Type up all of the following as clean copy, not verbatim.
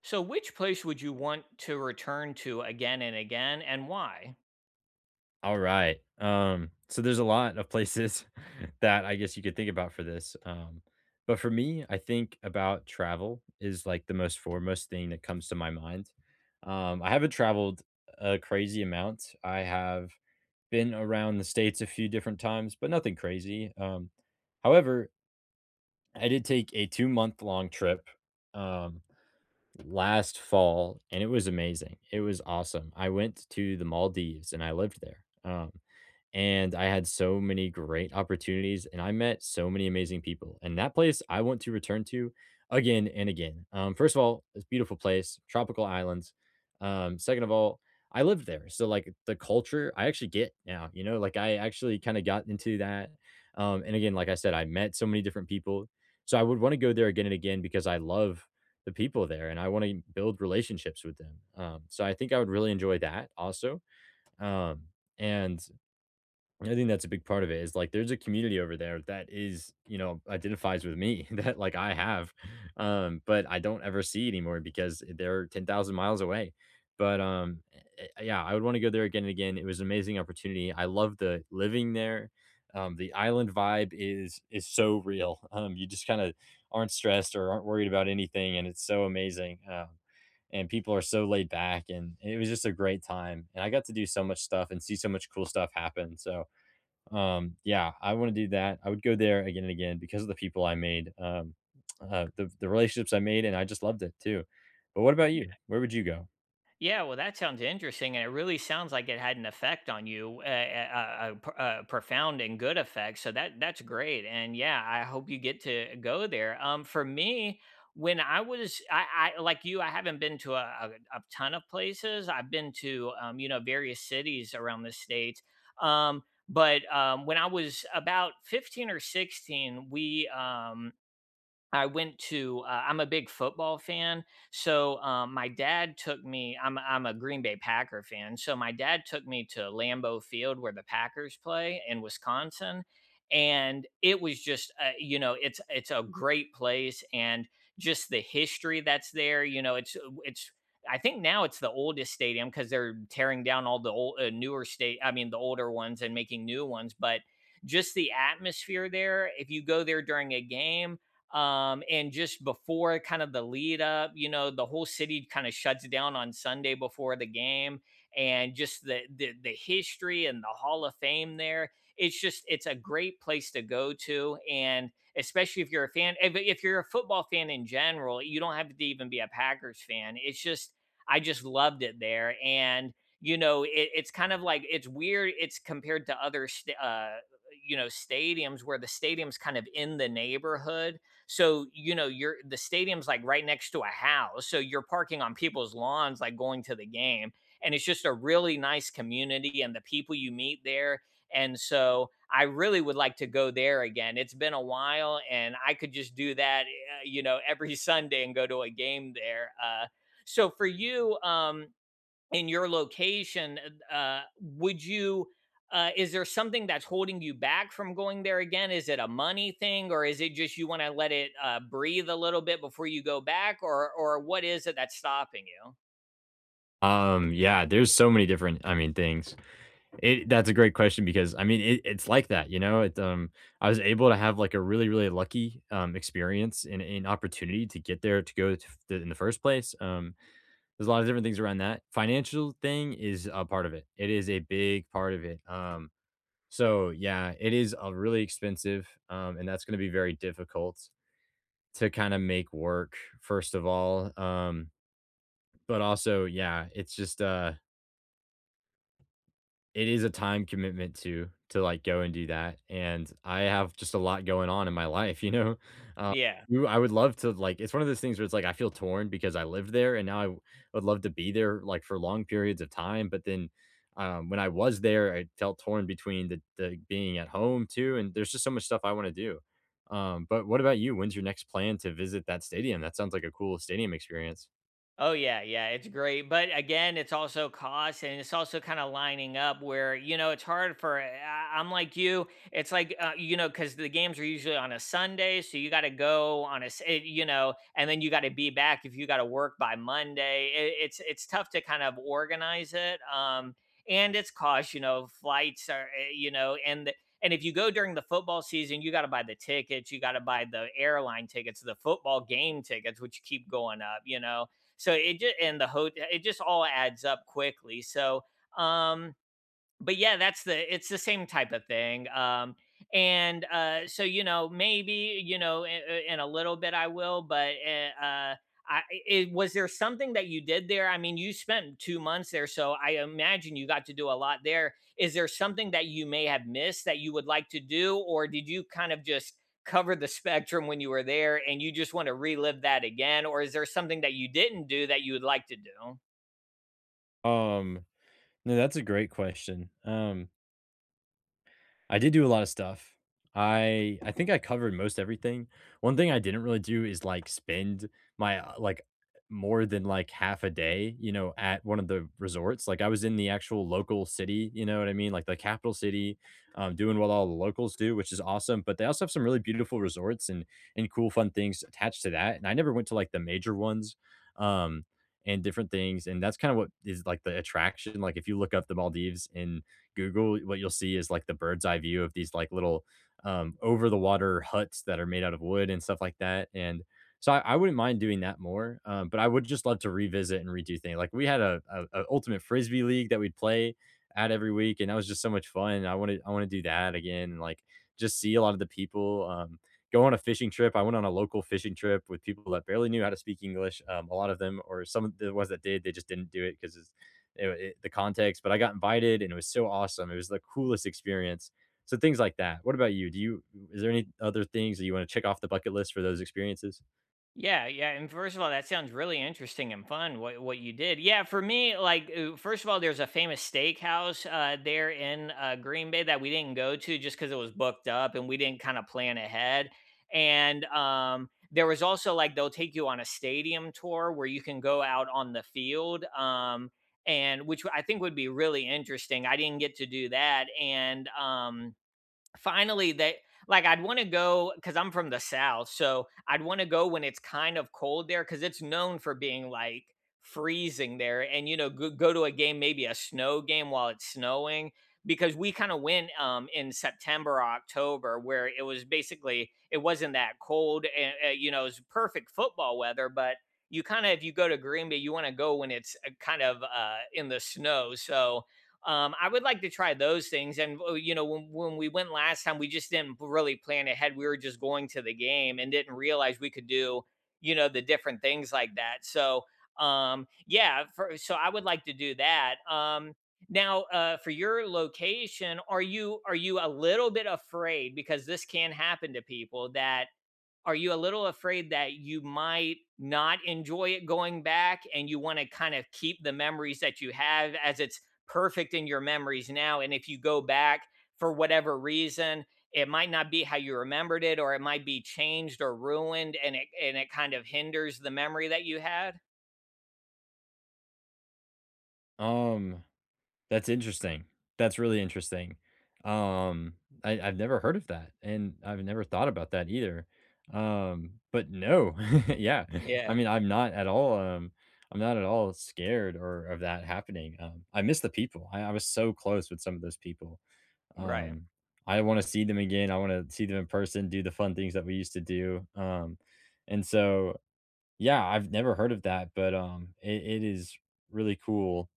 So, which place would you want to return to again and again, and why? All right. So there's a lot of places that I guess you could think about for this. But for me, I think about travel is like the most foremost thing that comes to my mind. I haven't traveled a crazy amount. I have been around the States a few different times, but nothing crazy. However, I did take a 2-month long trip um, last fall and it was amazing. It was awesome. I went to the Maldives and I lived there. And I had so many great opportunities and I met so many amazing people. And that place I want to return to again and again. First of all, it's a beautiful place, tropical islands. Second of all, I lived there. So like the culture I actually get now, you know, like I actually kind of got into that. And again, like I said, I met so many different people. So I would want to go there again and again because I love the people there and I want to build relationships with them. So I think I would really enjoy that also. Um, and I think that's a big part of it is like there's a community over there that, is, you know, identifies with me that like I have, but I don't ever see anymore because they're 10,000 miles away. But yeah, I would want to go there again and again. It was an amazing opportunity. I love the living there. The island vibe is so real. You just kind of aren't stressed or aren't worried about anything, and it's so amazing. And people are so laid back, and it was just a great time. And I got to do so much stuff and see so much cool stuff happen. So yeah, I wanna do that. I would go there again and again because of the people I made, the relationships I made, and I just loved it too. But what about Yeah. you? Where would you go? Yeah, well, that sounds interesting, and it really sounds like it had an effect on you, a profound and good effect. So that's great, and yeah, I hope you get to go there. For me, when I was, I like you, I haven't been to a ton of places. I've been to, you know, various cities around the states. Um, but When I was about 15 or 16, we I went to I'm a big football fan, so, my dad took me I'm a Green Bay Packer fan, so my dad took me to Lambeau Field where the Packers play in Wisconsin, and it was just, you know, it's a great place. And just the history that's there, you know, it's I think now it's the oldest stadium because 'cause they're tearing down all the older ones and making new ones. But just the atmosphere there, if you go there during a game, and just before kind of the lead up, you know, the whole city kind of shuts down on Sunday before the game. And just the history and the Hall of Fame there, it's just it's a great place to go to. And especially if you're a fan, if you're a football fan in general, you don't have to even be a Packers fan. It's just I just loved it there. And you know, it's kind of like it's weird, it's compared to other you know, stadiums where the stadium's kind of in the neighborhood. So, you know, you're the stadium's like right next to a house. So you're parking on people's lawns, like going to the game. And it's just a really nice community and the people you meet there. And so I really would like to go there again. It's been a while and I could just do that, you know, every Sunday and go to a game there. So for you, in your location, would you is there something that's holding you back from going there again? Is it a money thing, or is it just you want to let it breathe a little bit before you go back, or what is it that's stopping you? Yeah, there's so many different, I mean, things. It that's a great question because I mean, it, it's like that, you know. It I was able to have like a really, really lucky experience and an opportunity to get there to go to the, in the first place. There's a lot of different things around that. Financial thing is a part of it. It is a big part of it. So yeah, it is a really expensive, and that's going to be very difficult to kind of make work. First of all, but also yeah, it's just it is a time commitment to, like, go and do that, and I have just a lot going on in my life, you know? Uh, Yeah. you I would love to, like it's one of those things where it's like I feel torn because I lived there and now I w would love to be there, like, for long periods of time, but then, when I was there, I felt torn between the being at home too, and there's just so much stuff I wanna do. But what about you? When's your next plan to visit that stadium? That sounds like a cool stadium experience. Oh yeah, yeah, it's great. But again, it's also cost and it's also kind of lining up where, you know, it's hard for I- I'm like you, it's like you know, cuz the games are usually on a Sunday, so you got to go on a you know, and then you got to be back if you got to work by Monday. It's tough to kind of organize it. And it's cost, you know, flights are you know, and if you go during the football season, you got to buy the tickets, you got to buy the airline tickets, the football game tickets which keep going up, you know, so it just and the hotel it just all adds up quickly. So um but yeah, that's the it's the same type of thing. And so you know, maybe you know, in a little bit I will, but was there something that you did there? I mean, you spent 2 months there, so I imagine you got to do a lot there. Is there something that you may have missed that you would like to do, or did you kind of just cover the spectrum when you were there and you just want to relive that again? Or is there something that you didn't do that you would like to do? Um, no, that's a great question. I did do a lot of stuff. I think I covered most everything. One thing I didn't really do is like spend my like more than like half a day, you know, at one of the resorts. Like I was in the actual local city, you know what I mean? Like the capital city, doing what all the locals do, which is awesome. But they also have some really beautiful resorts and cool fun things attached to that. And I never went to like the major ones. Um and different things and that's kind of what is like the attraction like if you look up the Maldives in Google, what you'll see is like the bird's eye view of these like little over the water huts that are made out of wood and stuff like that. And so I wouldn't mind doing that more, but I would just love to revisit and redo things. Like we had a ultimate frisbee league that we'd play at every week, and that was just so much fun. I want to do that again, and like just see a lot of the people. Go on a fishing trip. I went on a local fishing trip with people that barely knew how to speak English. A lot of them, or some of the ones that did, they just didn't do it because the context, but I got invited and it was so awesome. It was the coolest experience. So things like that. What about you? Do you Is there any other things that you want to check off the bucket list for those experiences? Yeah, yeah, and first of all, that sounds really interesting and fun. What you did, yeah. For me, like first of all, there's a famous steakhouse there in Green Bay that we didn't go to just because it was booked up and we didn't kind of plan ahead. And There was also like they'll take you on a stadium tour where you can go out on the field, and which I think would be really interesting. I didn't get to do that, and. Finally, they like I'd wanna to go because 'cause I'm from the South, so I'd wanna go when it's kind of cold there because it's known for being, like, freezing there and, you know, go to a game, maybe a snow game while it's snowing because we kinda went, in September October where it was basically it wasn't that cold and, you know, it was perfect football weather. But you kinda if you go to Green Bay, you wanna go when it's, kind of, in the snow. So I would like to try those things. And you know, when we went last time, we just didn't really plan ahead. We were just going to the game and didn't realize we could do, you know, the different things like that. So, yeah, so I would like to do that. For your location, are you a little bit afraid because this can happen to people that are you a little afraid that you might not enjoy it going back and you want to kind of keep the memories that you have as it's perfect in your memories now? And if you go back for whatever reason, it might not be how you remembered it or it might be changed or ruined and it kind of hinders the memory that you had? Um, that's interesting. That's really interesting. Um, I've never heard of that, and I've never thought about that either. But no, yeah, I Yeah, mean, I'm not at all. I'm not at all scared or of that happening. I miss the people. I was so close with some of those people. right. Um, I wanna see them again, I wanna see them in person, do the fun things that we used to do, and so, yeah, I've never heard of that, but, it is really cool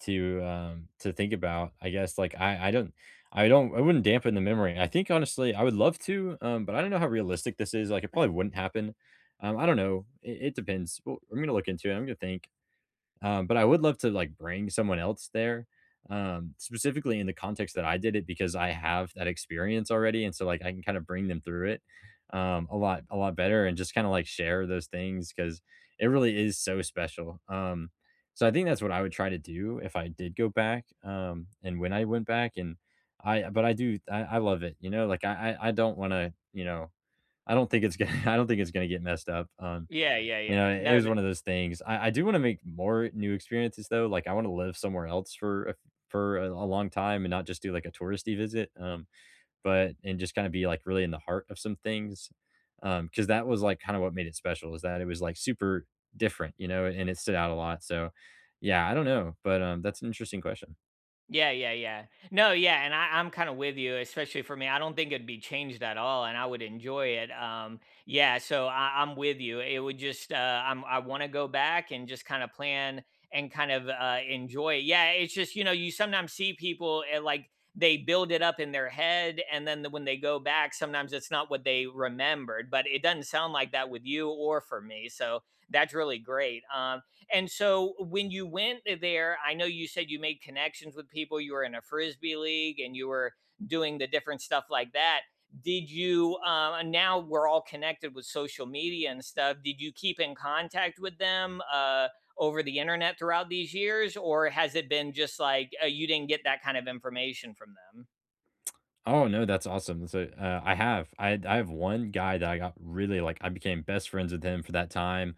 to think about, I guess, like, I wouldn't dampen the memory. I think, honestly, I would love to, but I don't know how realistic this is, like, it probably wouldn't happen. I don't know, it depends. Well, I'm gonna look into it, I'm gonna think. But I would love to like bring someone else there, specifically in the context that I did it because I have that experience already, and so like I can kind of bring them through it a lot better, and just kind of like share those things because it really is so special. So I think that's what I would try to do if I did go back, and when I went back, and but I do, I love it, you know, like I don't want to, you know, I don't think it's gonna, I don't think it's gonna get messed up. Yeah, yeah, You yeah. know, it No, was one of those things. I do wanna make more new experiences, though, like, I wanna live somewhere else for a long time and not just do, like, a touristy visit, but and just kinda be, like, really in the heart of some things, because that was, like, kinda what made it special is that it was, like, super different, you know, and it stood out a lot, so, yeah, I don't know, but, that's an interesting question. yeah, yeah, yeah. No, yeah, and I, I'm kind of with you, especially for me. I don't think it'd be changed at all, and I would enjoy it. Yeah, so I, I'm with you. It would just, I'm, I want to go back and just kind of plan and kind of enjoy it. Yeah, it's just you know, you sometimes see people like they build it up in their head, and then when they go back, sometimes it's not what they remembered. But it doesn't sound like that with you or for me, so that's really great. And so when you went there, I know you said you made connections with people, you were in a frisbee league and you were doing the different stuff like that. Did you now we're all connected with social media and stuff. Did you keep in contact with them over the internet throughout these years, or has it been just like you didn't get that kind of information from them? Oh, no, that's awesome. So, I have one guy that I got really, like I became best friends with him for that time,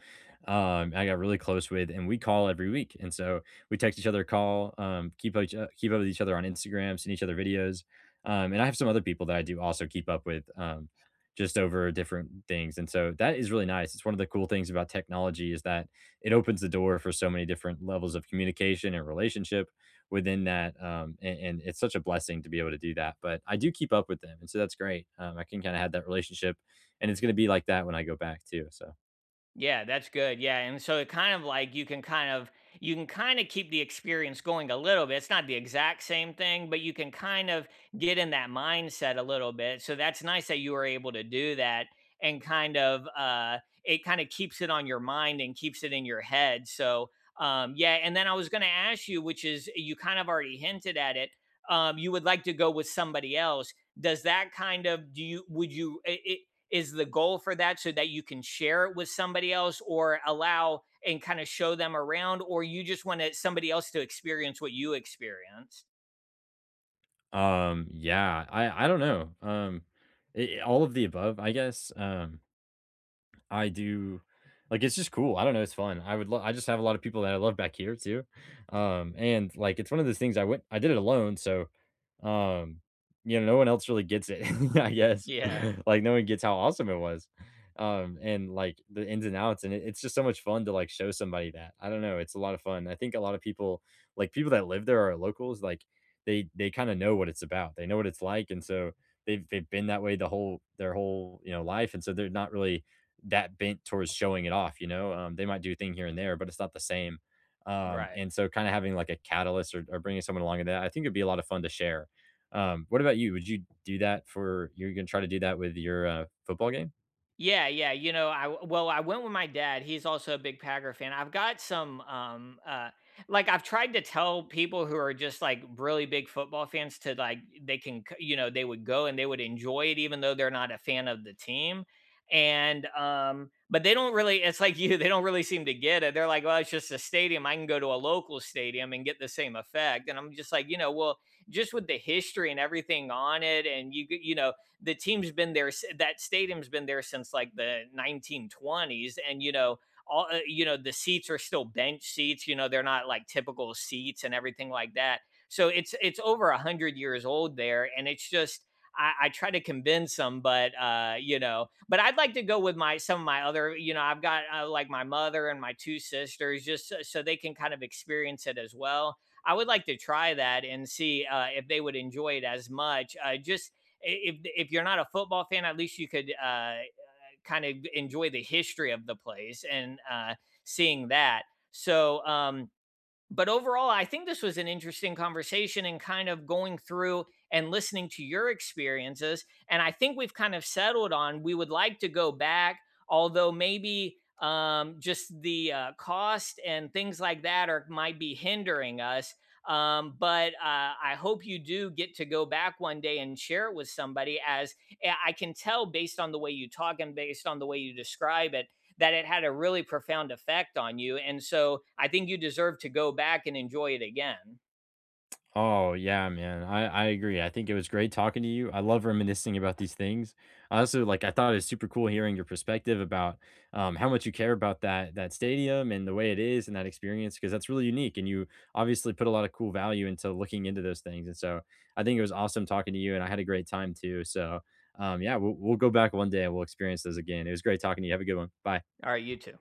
I got really close with, and we call every week, and so we text each other, call, keep up with each other on Instagram, send each other videos, and I have some other people that I do also keep up with, just over different things, and so that is really nice. It's one of the cool things about technology is that it opens the door for so many different levels of communication and relationship, within that, and it's such a blessing to be able to do that, but I do keep up with them, and so that's great. I can kinda have that relationship, and it's gonna be like that when I go back too, so, Yeah, that's good. Yeah, and so it kind of like you can kind of you can kind of keep the experience going a little bit. It's not the exact same thing, but you can kind of get in that mindset a little bit. So that's nice that you were able to do that and kind of it kind of keeps it on your mind and keeps it in your head. So yeah, and then I was going to ask you which is you kind of already hinted at it. You would like to go with somebody else. Does that kind of do you would you is the goal for that so that you can share it with somebody else or allow and kind of show them around or you just want somebody else to experience what you experienced? Yeah, I don't know, I all of the above, I guess. I do. Like it's just cool. I don't know, it's fun. I just have a lot of people that I love back here too. And like it's one of those things I did it alone, so um you know, no one else really gets it, I guess. Yeah. Like no one gets how awesome it was. And like the ins and outs and it's just so much fun to like show somebody that. I don't know, it's a lot of fun. I think a lot of people like people that live there are locals like they kind of know what it's about. They know what it's like and so they've been that way their whole, you know, life and so they're not really that bent towards showing it off, you know? They might do a thing here and there, but it's not the same. Right. And so kind of having like a catalyst or bringing someone along in that, I think it'd be a lot of fun to share. What about you? Would you do that for, you're going to try to do that with your football game? Yeah, yeah. You know, I well, I went with my dad. He's also a big Packer fan. I've got some like I've tried to tell people who are just like really big football fans to like they can you know, they would go and they would enjoy it even though they're not a fan of the team. And But they don't really it's like you they don't really seem to get it. They're like, "Well, it's just a stadium. I can go to a local stadium and get the same effect." And I'm just like, "You know, well, just with the history and everything on it and you know, the team's been there that stadium's been there since like the 1920s and you know all you know the seats are still bench seats, you know, they're not like typical seats and everything like that. So it's over 100 years old there and it's just I try to convince them. But you know, but I'd like to go with my some of my other, you know, I've got like my mother and my two sisters, so they can kind of experience it as well. I would like to try that and see if they would enjoy it as much. Just if you're not a football fan, at least you could kind of enjoy the history of the place and seeing that. So um, but overall, I think this was an interesting conversation and kind of going through and listening to your experiences. And I think we've kind of settled on we would like to go back, although maybe just the cost and things like that are might be hindering us. But I hope you do get to go back one day and share it with somebody. As I can tell based on the way you talk and based on the way you describe it, that it had a really profound effect on you. And so I think you deserve to go back and enjoy it again. Oh yeah, man. I agree. I think it was great talking to you. I love reminiscing about these things. I also like I thought it was super cool hearing your perspective about how much you care about that stadium and the way it is and that experience because that's really unique and you obviously put a lot of cool value into looking into those things. And so I think it was awesome talking to you and I had a great time too. So yeah, we'll go back one day and we'll experience those again. It was great talking to you. Have a good one. Bye. All right, you too.